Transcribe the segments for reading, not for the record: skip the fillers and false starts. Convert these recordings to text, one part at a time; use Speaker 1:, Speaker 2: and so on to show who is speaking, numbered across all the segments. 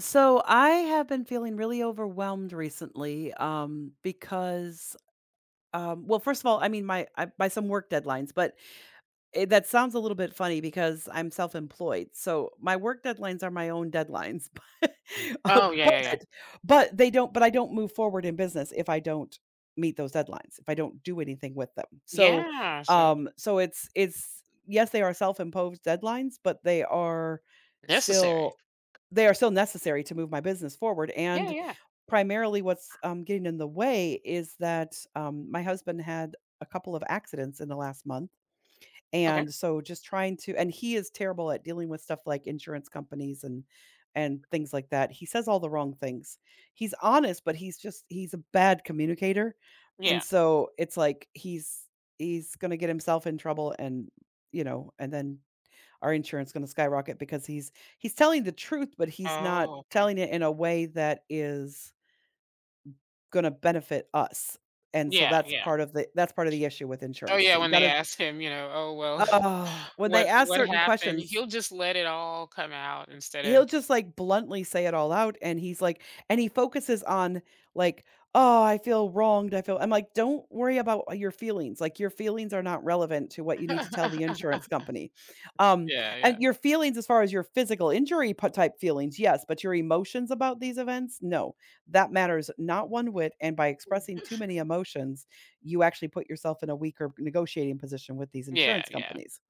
Speaker 1: So I have been feeling really overwhelmed recently, because, first of all, my I, by some work deadlines, but eh, that sounds a little bit funny because I'm self-employed, so my work deadlines are my own deadlines, but, uh,
Speaker 2: Oh, yeah, yeah, yeah.
Speaker 1: but but they don't but I don't move forward in business if I don't meet those deadlines, if I don't do anything with them. So,
Speaker 2: Yeah, so
Speaker 1: so it's yes, they are self-imposed deadlines, but
Speaker 2: necessary.
Speaker 1: still they are still necessary to move my business forward,
Speaker 2: Yeah,
Speaker 1: and
Speaker 2: yeah.
Speaker 1: primarily what's, getting in the way is that, my husband had a couple of accidents in the last month,
Speaker 2: Okay.
Speaker 1: and so just trying to and he is terrible at dealing with stuff like insurance companies and things like that. He says all the wrong things. He's honest, but he's a bad communicator. And
Speaker 2: Yeah.
Speaker 1: so it's like he's going to get himself in trouble, and you know, and then our insurance going to skyrocket because he's telling the truth, but he's not
Speaker 2: Oh, okay.
Speaker 1: telling it in a way that is going to benefit us. And so
Speaker 2: Yeah,
Speaker 1: that's
Speaker 2: yeah.
Speaker 1: part of the that's part of the issue with
Speaker 2: Oh,
Speaker 1: insurance. So
Speaker 2: yeah,
Speaker 1: you
Speaker 2: when
Speaker 1: got
Speaker 2: they
Speaker 1: to
Speaker 2: ask him, "Oh, well,
Speaker 1: ugh, when they
Speaker 2: what
Speaker 1: ask
Speaker 2: what
Speaker 1: certain
Speaker 2: happened?"
Speaker 1: questions,
Speaker 2: He'll just let it all come out instead of.
Speaker 1: he'll just, like, bluntly say it all out, and he's like and he focuses on, like, "Oh, I feel wronged, I feel." I'm like, "Don't worry about, your feelings, like, your feelings are not relevant to what you need to tell the insurance company." Um,
Speaker 2: Yeah, yeah.
Speaker 1: and your feelings as far as your physical injury p type feelings, yes, but your emotions about these events, no. That matters not one whit, and by expressing too many emotions, you actually put yourself in a weaker negotiating position with these
Speaker 2: Yeah,
Speaker 1: insurance
Speaker 2: yeah.
Speaker 1: companies.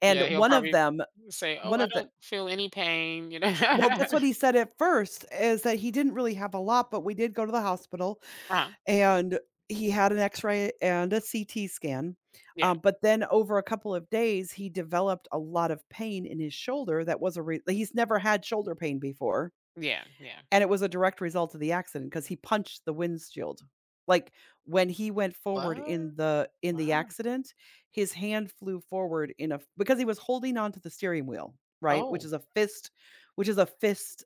Speaker 1: And
Speaker 2: Yeah, he'll
Speaker 1: one of
Speaker 2: probably
Speaker 1: them
Speaker 2: say, "Oh,
Speaker 1: one
Speaker 2: I
Speaker 1: of the
Speaker 2: don't feel any pain," you know?
Speaker 1: well, that's what he said at first, is that he didn't really have a lot, but we did go to the hospital,
Speaker 2: Uh-huh.
Speaker 1: and he had an X-ray and a CT scan,
Speaker 2: Yeah.
Speaker 1: but then over a couple of days, he developed a lot of pain in his shoulder that was a re he's never had shoulder pain before,
Speaker 2: Yeah, yeah.
Speaker 1: and it was a direct result of the accident because he punched the windshield. Like, when he went forward
Speaker 2: What?
Speaker 1: in the
Speaker 2: Wow.
Speaker 1: accident, his hand flew forward in a because he was holding onto the steering wheel, right? Which
Speaker 2: Oh,
Speaker 1: is a fist which is a fist,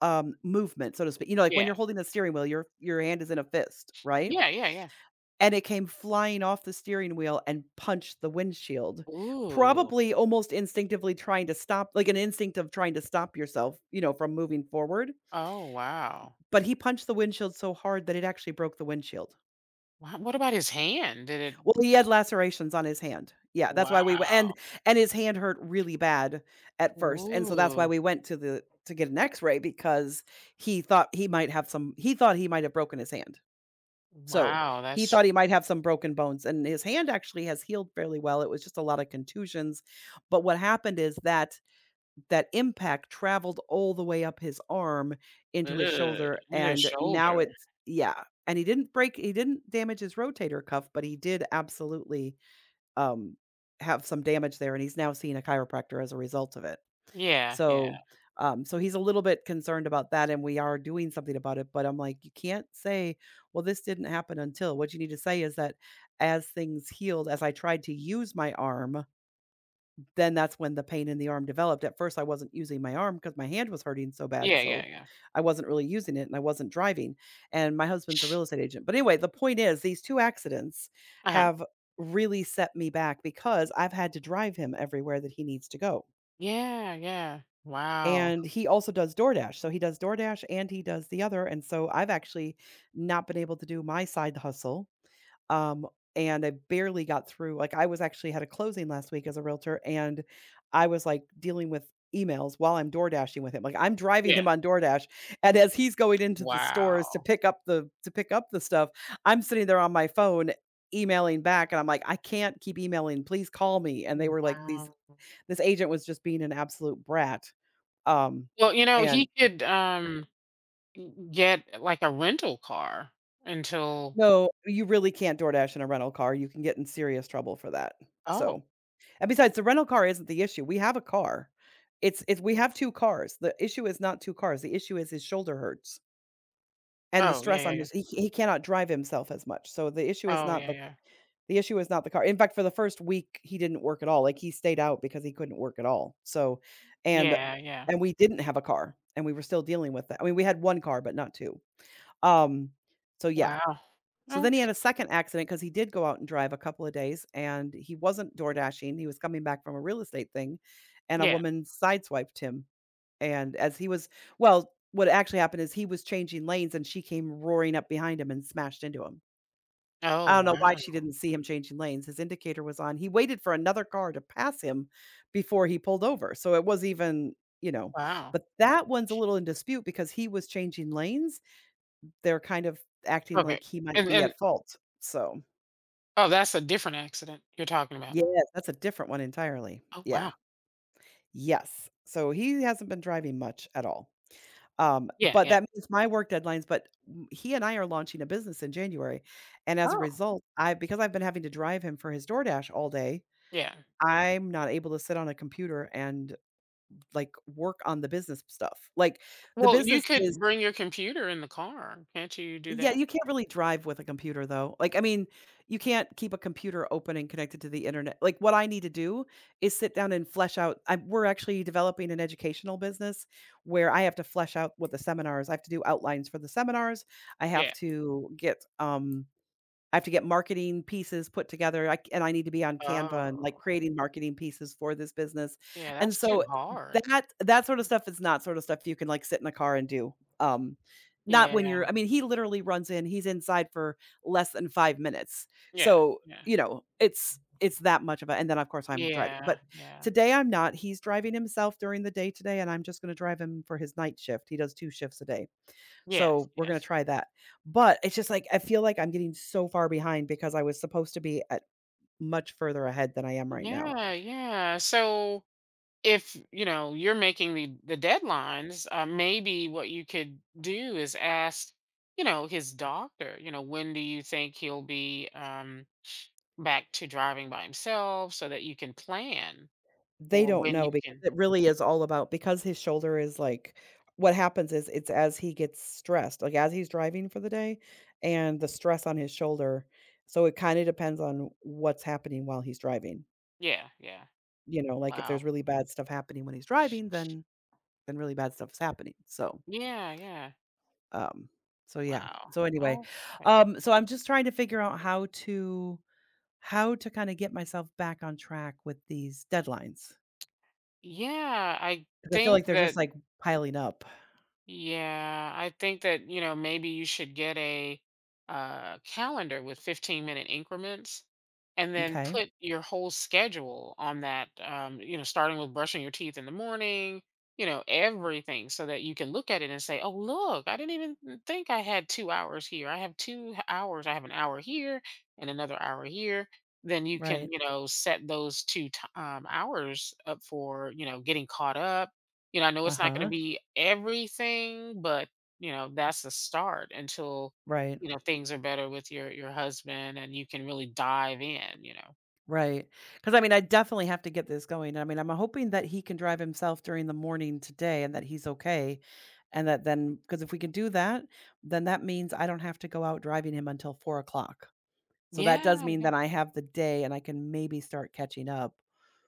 Speaker 1: movement, so to speak. You know, like, when
Speaker 2: yeah.
Speaker 1: you're holding the steering wheel, your hand is in a fist, right?
Speaker 2: Yeah, yeah, yeah.
Speaker 1: And it came flying off the steering wheel and punched the windshield,
Speaker 2: Ooh.
Speaker 1: probably almost instinctively trying to stop like, an instinct of trying to stop yourself, you know, from moving forward.
Speaker 2: Oh, wow.
Speaker 1: But he punched the windshield so hard that it actually broke the windshield.
Speaker 2: What about his hand? Did it.
Speaker 1: Well, he had lacerations on his hand. Yeah, that's why we went
Speaker 2: Wow.
Speaker 1: and his hand hurt really bad at first. And so that's why
Speaker 2: Ooh.
Speaker 1: we went to the to get an x-ray because he thought he might have broken his hand. So,
Speaker 2: Wow,
Speaker 1: he thought
Speaker 2: that's
Speaker 1: he might have some broken bones and his hand actually has healed fairly well. It was just a lot of contusions. But what happened is that that impact traveled all the way up his arm into his
Speaker 2: ugh,
Speaker 1: shoulder,
Speaker 2: in his
Speaker 1: and now
Speaker 2: shoulder.
Speaker 1: it's yeah, and he didn't damage his rotator cuff, but he did absolutely, um, have some damage there, and he's now seeing a chiropractor as a result of it.
Speaker 2: Yeah, yeah.
Speaker 1: So, so he's a little bit concerned about that, and we are doing something about it, but I'm like, "You can't well, this didn't happen until.' What you need to say is that as things healed, as I tried to use my arm then that's when the pain in the arm developed. At first, I wasn't using my arm because my hand was hurting so bad.
Speaker 2: Yeah, yeah,
Speaker 1: So
Speaker 2: yeah.
Speaker 1: I wasn't really using it and I wasn't driving. And my husband's a real estate agent. But anyway, the point is, these two accidents
Speaker 2: Uh-huh.
Speaker 1: have really set me back because I've had to drive him everywhere that he needs to go.
Speaker 2: Yeah, yeah. Wow.
Speaker 1: And he also does DoorDash. So he does DoorDash and he does the other. And so I've actually not been able to do my side hustle, um, and I barely got through. Like I was actually had a closing last week as a realtor and I was like dealing with emails while I'm door dashing with him. Like I'm driving
Speaker 2: Yeah.
Speaker 1: him on DoorDash and as he's going into the stores to
Speaker 2: Wow.
Speaker 1: pick up the stuff, I'm sitting there on my phone emailing back and I'm like, I can't keep emailing. Please call me. And they were like these
Speaker 2: Wow.
Speaker 1: this agent was just being an absolute brat. Um
Speaker 2: Well, he
Speaker 1: and
Speaker 2: could, get, like, a rental car until.
Speaker 1: No, you really can't DoorDash in a rental car. You can get in serious trouble for that.
Speaker 2: Oh.
Speaker 1: So and besides, the rental car isn't the issue. We have a car. It's we have 2 cars. The issue is not 2 cars. The issue is his shoulder hurts and the
Speaker 2: Oh, yeah,
Speaker 1: stress
Speaker 2: yeah,
Speaker 1: on
Speaker 2: yeah.
Speaker 1: his he cannot drive himself as much. So the issue is
Speaker 2: Oh,
Speaker 1: not
Speaker 2: yeah,
Speaker 1: the
Speaker 2: yeah.
Speaker 1: the issue is not the car. In fact, for the first week, he didn't work at all. Like he stayed out because he couldn't work at all. So and
Speaker 2: Yeah, yeah.
Speaker 1: and we didn't have a car and we were still dealing with that. I mean, we had 1 car, but not 2. Um, so yeah.
Speaker 2: Wow.
Speaker 1: So
Speaker 2: Oh,
Speaker 1: then he had a second accident because he did go out and drive a couple of days and he wasn't door dashing. He was coming back from a real estate thing and a
Speaker 2: yeah.
Speaker 1: woman sideswiped him. And as he was, well, what actually happened is he was changing lanes and she came roaring up behind him and smashed into him.
Speaker 2: Oh,
Speaker 1: I don't know
Speaker 2: wow,
Speaker 1: why she didn't see him changing lanes. His indicator was on. He waited for another car to pass him before he pulled over. So it was even, you know,
Speaker 2: wow.
Speaker 1: but that one's a little in dispute because he was changing lanes. They're kind of acting
Speaker 2: Okay.
Speaker 1: like he might
Speaker 2: And
Speaker 1: be
Speaker 2: and
Speaker 1: at fault. So.
Speaker 2: oh, that's a different accident you're talking about.
Speaker 1: Yes, that's a different one entirely.
Speaker 2: Oh,
Speaker 1: Yeah.
Speaker 2: wow.
Speaker 1: Yes. So he hasn't been driving much at all.
Speaker 2: Yeah,
Speaker 1: But
Speaker 2: yeah.
Speaker 1: that means my work deadlines, but w- he and I are launching a business in January. And as a
Speaker 2: Oh,
Speaker 1: result, I because I've been having to drive him for his DoorDash all day,
Speaker 2: yeah.
Speaker 1: I'm not able to sit on a computer and like work on the business stuff. Like the
Speaker 2: Well, you
Speaker 1: business
Speaker 2: could
Speaker 1: is
Speaker 2: bring your computer in the car. Can't you do
Speaker 1: yeah,
Speaker 2: that?
Speaker 1: you can't really drive with a computer though. Like, I mean, you can't keep a computer open and connected to the internet. Like, what I need to do is sit down and flesh out. I, we're actually developing an educational business where I have to flesh out what the seminars. I have to do outlines for the seminars. I have
Speaker 2: Yeah.
Speaker 1: to get um, I have to get marketing pieces put together, I and I need to be on Canva and, like,
Speaker 2: Oh,
Speaker 1: creating marketing pieces for this business,
Speaker 2: yeah,
Speaker 1: and
Speaker 2: that's
Speaker 1: so
Speaker 2: too hard.
Speaker 1: that that sort of stuff is not sort of stuff you can, like, sit in a car and do, um, not when
Speaker 2: Yeah,
Speaker 1: you're I mean, he literally runs in he's inside for less than 5 minutes,
Speaker 2: yeah,
Speaker 1: so,
Speaker 2: yeah,
Speaker 1: you know, it's that much of a and then, of course, I'm driving,
Speaker 2: yeah,
Speaker 1: but
Speaker 2: yeah,
Speaker 1: today I'm not, he's driving himself during the day today, and I'm just gonna drive him for his night shift, he does 2 shifts a day.
Speaker 2: yeah,
Speaker 1: So we're gonna try that. But it's just like I feel like I'm getting so far behind because I was supposed to be at much further ahead than I am right
Speaker 2: yeah,
Speaker 1: now.
Speaker 2: yeah, yeah. So if you know you're making the deadlines, maybe what you could do is ask, his doctor. You know, when do you think he'll be? Back to driving by himself so that you can plan
Speaker 1: They
Speaker 2: for
Speaker 1: don't
Speaker 2: when you
Speaker 1: know because
Speaker 2: can.
Speaker 1: it really is all about because his shoulder is like what happens is it's as he gets stressed, like, as he's driving for the day and the stress on his shoulder, so it kinda depends on what's happening while he's driving,
Speaker 2: Yeah, yeah.
Speaker 1: you know, like, if there's
Speaker 2: Wow.
Speaker 1: really bad stuff happening when he's driving, then really bad stuff is happening, so,
Speaker 2: Yeah, yeah.
Speaker 1: um, so yeah,
Speaker 2: Wow.
Speaker 1: so anyway,
Speaker 2: Okay.
Speaker 1: so I'm just trying to figure out how to kinda get myself back on track with these deadlines because
Speaker 2: Yeah, I
Speaker 1: I feel like
Speaker 2: think
Speaker 1: they're just,
Speaker 2: that
Speaker 1: like, piling up.
Speaker 2: Yeah, I think that maybe you should get a calendar with 15-minute increments, and then
Speaker 1: Okay.
Speaker 2: put your whole schedule on that, starting with brushing your teeth in the morning, everything so that you can look at it and say, oh, look, I didn't even think I had 2 hours here. I have two hours. I have an hour here and another hour here. Then you can,
Speaker 1: Right.
Speaker 2: set those two hours up for, getting caught up. You I know it's not gonna
Speaker 1: Uh-huh.
Speaker 2: be everything, but, that's a start until,
Speaker 1: Right.
Speaker 2: things are better with your husband, and you can really dive in.
Speaker 1: Right. Because I mean, I definitely have to get this going. I mean, I'm hoping that he can drive himself during the morning today and that he's okay. And that then, because if we can do that, then that means I don't have to go out driving him until 4 o'clock. So that does
Speaker 2: Yeah.
Speaker 1: mean that I have the day and I can maybe start catching up.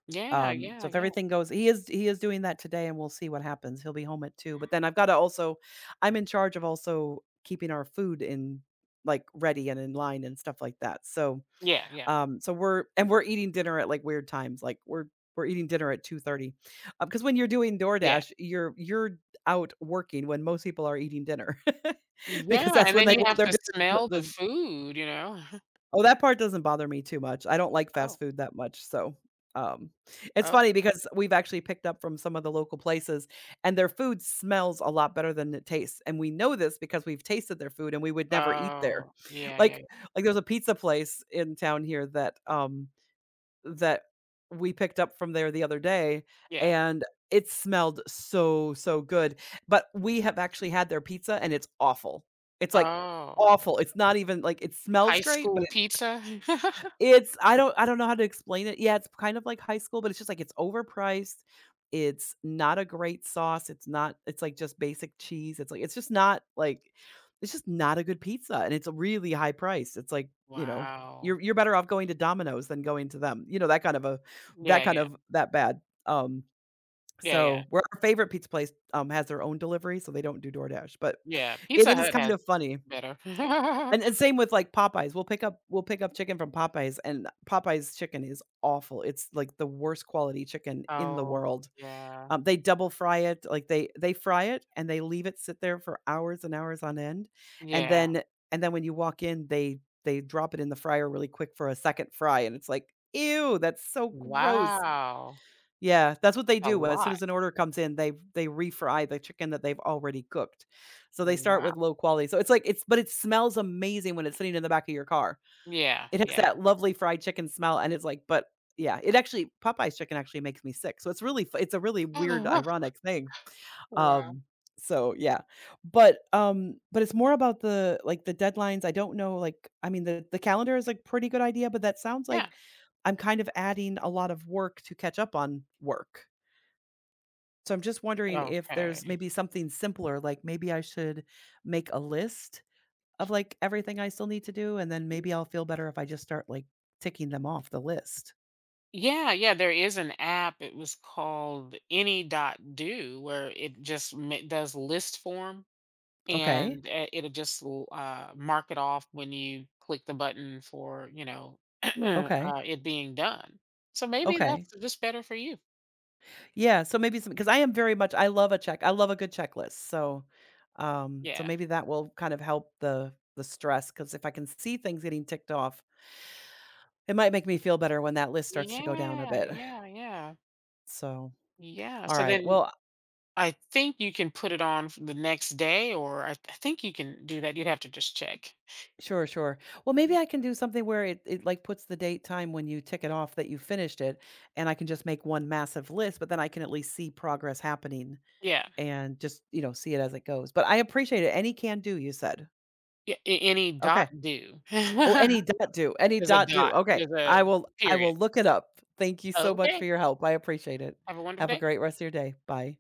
Speaker 2: Yeah,
Speaker 1: So
Speaker 2: yeah,
Speaker 1: if
Speaker 2: yeah.
Speaker 1: everything goes, he is doing that today, and we'll see what happens. He'll be home at two. But then I've got to also, I'm in charge of also keeping our food in like ready and in line and stuff like that. So
Speaker 2: Yeah, yeah,
Speaker 1: We're eating dinner at, like, weird times, like, we're eating dinner at 2:30, because when you're doing
Speaker 2: yeah.
Speaker 1: DoorDash, you're out working when most people are eating dinner because
Speaker 2: Yeah,
Speaker 1: that's
Speaker 2: and
Speaker 1: when
Speaker 2: then
Speaker 1: they
Speaker 2: you
Speaker 1: want
Speaker 2: have
Speaker 1: their
Speaker 2: to
Speaker 1: dinner
Speaker 2: smell the
Speaker 1: there's
Speaker 2: food.
Speaker 1: Oh, that part doesn't bother me too much. I don't like fast
Speaker 2: Oh,
Speaker 1: food that much, so, um, it's
Speaker 2: oh,
Speaker 1: funny because we've actually picked up from some of the local places, and their food smells a lot better than it tastes, and we know this because we've tasted their food, and we would never eat there.
Speaker 2: oh, yeah, yeah,
Speaker 1: Like
Speaker 2: yeah.
Speaker 1: like, there's a pizza place in town here that, that we picked up from there the other day,
Speaker 2: Yeah.
Speaker 1: and it smelled so, so good, but we have actually had their pizza, and it's awful. It's, like,
Speaker 2: Oh,
Speaker 1: awful. It's not even like, it smells
Speaker 2: high
Speaker 1: great, but
Speaker 2: school pizza?
Speaker 1: it's I don't know how to explain it. Yeah, it's kind of like high school, but it's just, like, it's overpriced. It's not a great sauce. It's not it's, like, just basic cheese. It's, like it's just not, like it's just not a good pizza, and it's a really high price. It's, like, you know, you're
Speaker 2: Wow.
Speaker 1: you're better off going to Domino's than going to them, you know, that kind of a that
Speaker 2: Yeah,
Speaker 1: kind
Speaker 2: yeah,
Speaker 1: of that bad.
Speaker 2: yeah, yeah,
Speaker 1: So where our favorite pizza place, has their own delivery, so they don't do DoorDash, but
Speaker 2: yeah. Pizza
Speaker 1: it is
Speaker 2: Hut
Speaker 1: kind
Speaker 2: has
Speaker 1: of funny.
Speaker 2: better.
Speaker 1: And same with, like, Popeyes. We'll pick up chicken from Popeyes, and Popeyes chicken is awful. It's, like, the worst quality chicken in the
Speaker 2: Oh,
Speaker 1: world.
Speaker 2: yeah.
Speaker 1: They double fry it, like, they fry it, and they leave it sit there for hours and hours on end, and
Speaker 2: Yeah.
Speaker 1: then and then when you walk in, they drop it in the fryer really quick for a second fry, and it's like, "Ew, that's so gross."
Speaker 2: Wow.
Speaker 1: Yeah, that's what they
Speaker 2: A
Speaker 1: do. As soon
Speaker 2: lot.
Speaker 1: as an order comes in, they refry the chicken that they've already cooked. So they start
Speaker 2: Wow.
Speaker 1: with low quality. So it's like it's but it smells amazing when it's sitting in the back of your car.
Speaker 2: Yeah,
Speaker 1: It has
Speaker 2: yeah.
Speaker 1: that lovely fried chicken smell and it's like but yeah, it actually Popeye's chicken actually makes me sick. So it's really it's a really weird
Speaker 2: Oh,
Speaker 1: ironic thing.
Speaker 2: wow.
Speaker 1: Um so yeah. But it's more about the like the deadlines. I don't know like I mean the calendar is a pretty good idea, but that sounds
Speaker 2: Yeah.
Speaker 1: like I'm kind of adding a lot of work to catch up on work. So I'm just wondering if there's
Speaker 2: Okay.
Speaker 1: maybe something simpler, like maybe I should make a list of like everything I still need to do, and then maybe I'll feel better if I just start like ticking them off the list.
Speaker 2: Yeah, yeah, there is an app, it was called Any Dot Do, where it just ma does list form,
Speaker 1: Okay.
Speaker 2: and, it'll just l mark it off when you click the button for,
Speaker 1: Okay.
Speaker 2: it being done. So maybe that's
Speaker 1: Okay.
Speaker 2: just better for you.
Speaker 1: Yeah. So maybe some because I am very much I love a check. I love a good checklist. So so
Speaker 2: Yeah.
Speaker 1: maybe that will kind of help the stress because if I can see things getting ticked off, it might make me feel better when that list starts to go down a
Speaker 2: Yeah,
Speaker 1: bit.
Speaker 2: yeah, yeah.
Speaker 1: So
Speaker 2: Yeah.
Speaker 1: all
Speaker 2: So
Speaker 1: right.
Speaker 2: then
Speaker 1: Well,
Speaker 2: I, think you can put it on for the next day, or I think you can do that. You'd have to just check.
Speaker 1: sure, sure. Well, maybe
Speaker 2: Yeah.
Speaker 1: I can do something where it like puts the date time when you tick it off that you finished it, and I can just make one massive list, but then I can at least see progress happening
Speaker 2: Yeah.
Speaker 1: and just, you know, see it as it goes. But I appreciate it. Any can do, you said.
Speaker 2: Yeah. Any
Speaker 1: Okay.
Speaker 2: dot do.
Speaker 1: Oh, any
Speaker 2: There's
Speaker 1: dot do. Any
Speaker 2: a
Speaker 1: dot do.
Speaker 2: dot.
Speaker 1: Okay.
Speaker 2: There's
Speaker 1: I
Speaker 2: a
Speaker 1: will I will
Speaker 2: period.
Speaker 1: look it up. Thank you so much for
Speaker 2: Okay.
Speaker 1: your help. I appreciate it.
Speaker 2: Have a wonderful
Speaker 1: Have a
Speaker 2: day.
Speaker 1: great rest of your day. Bye.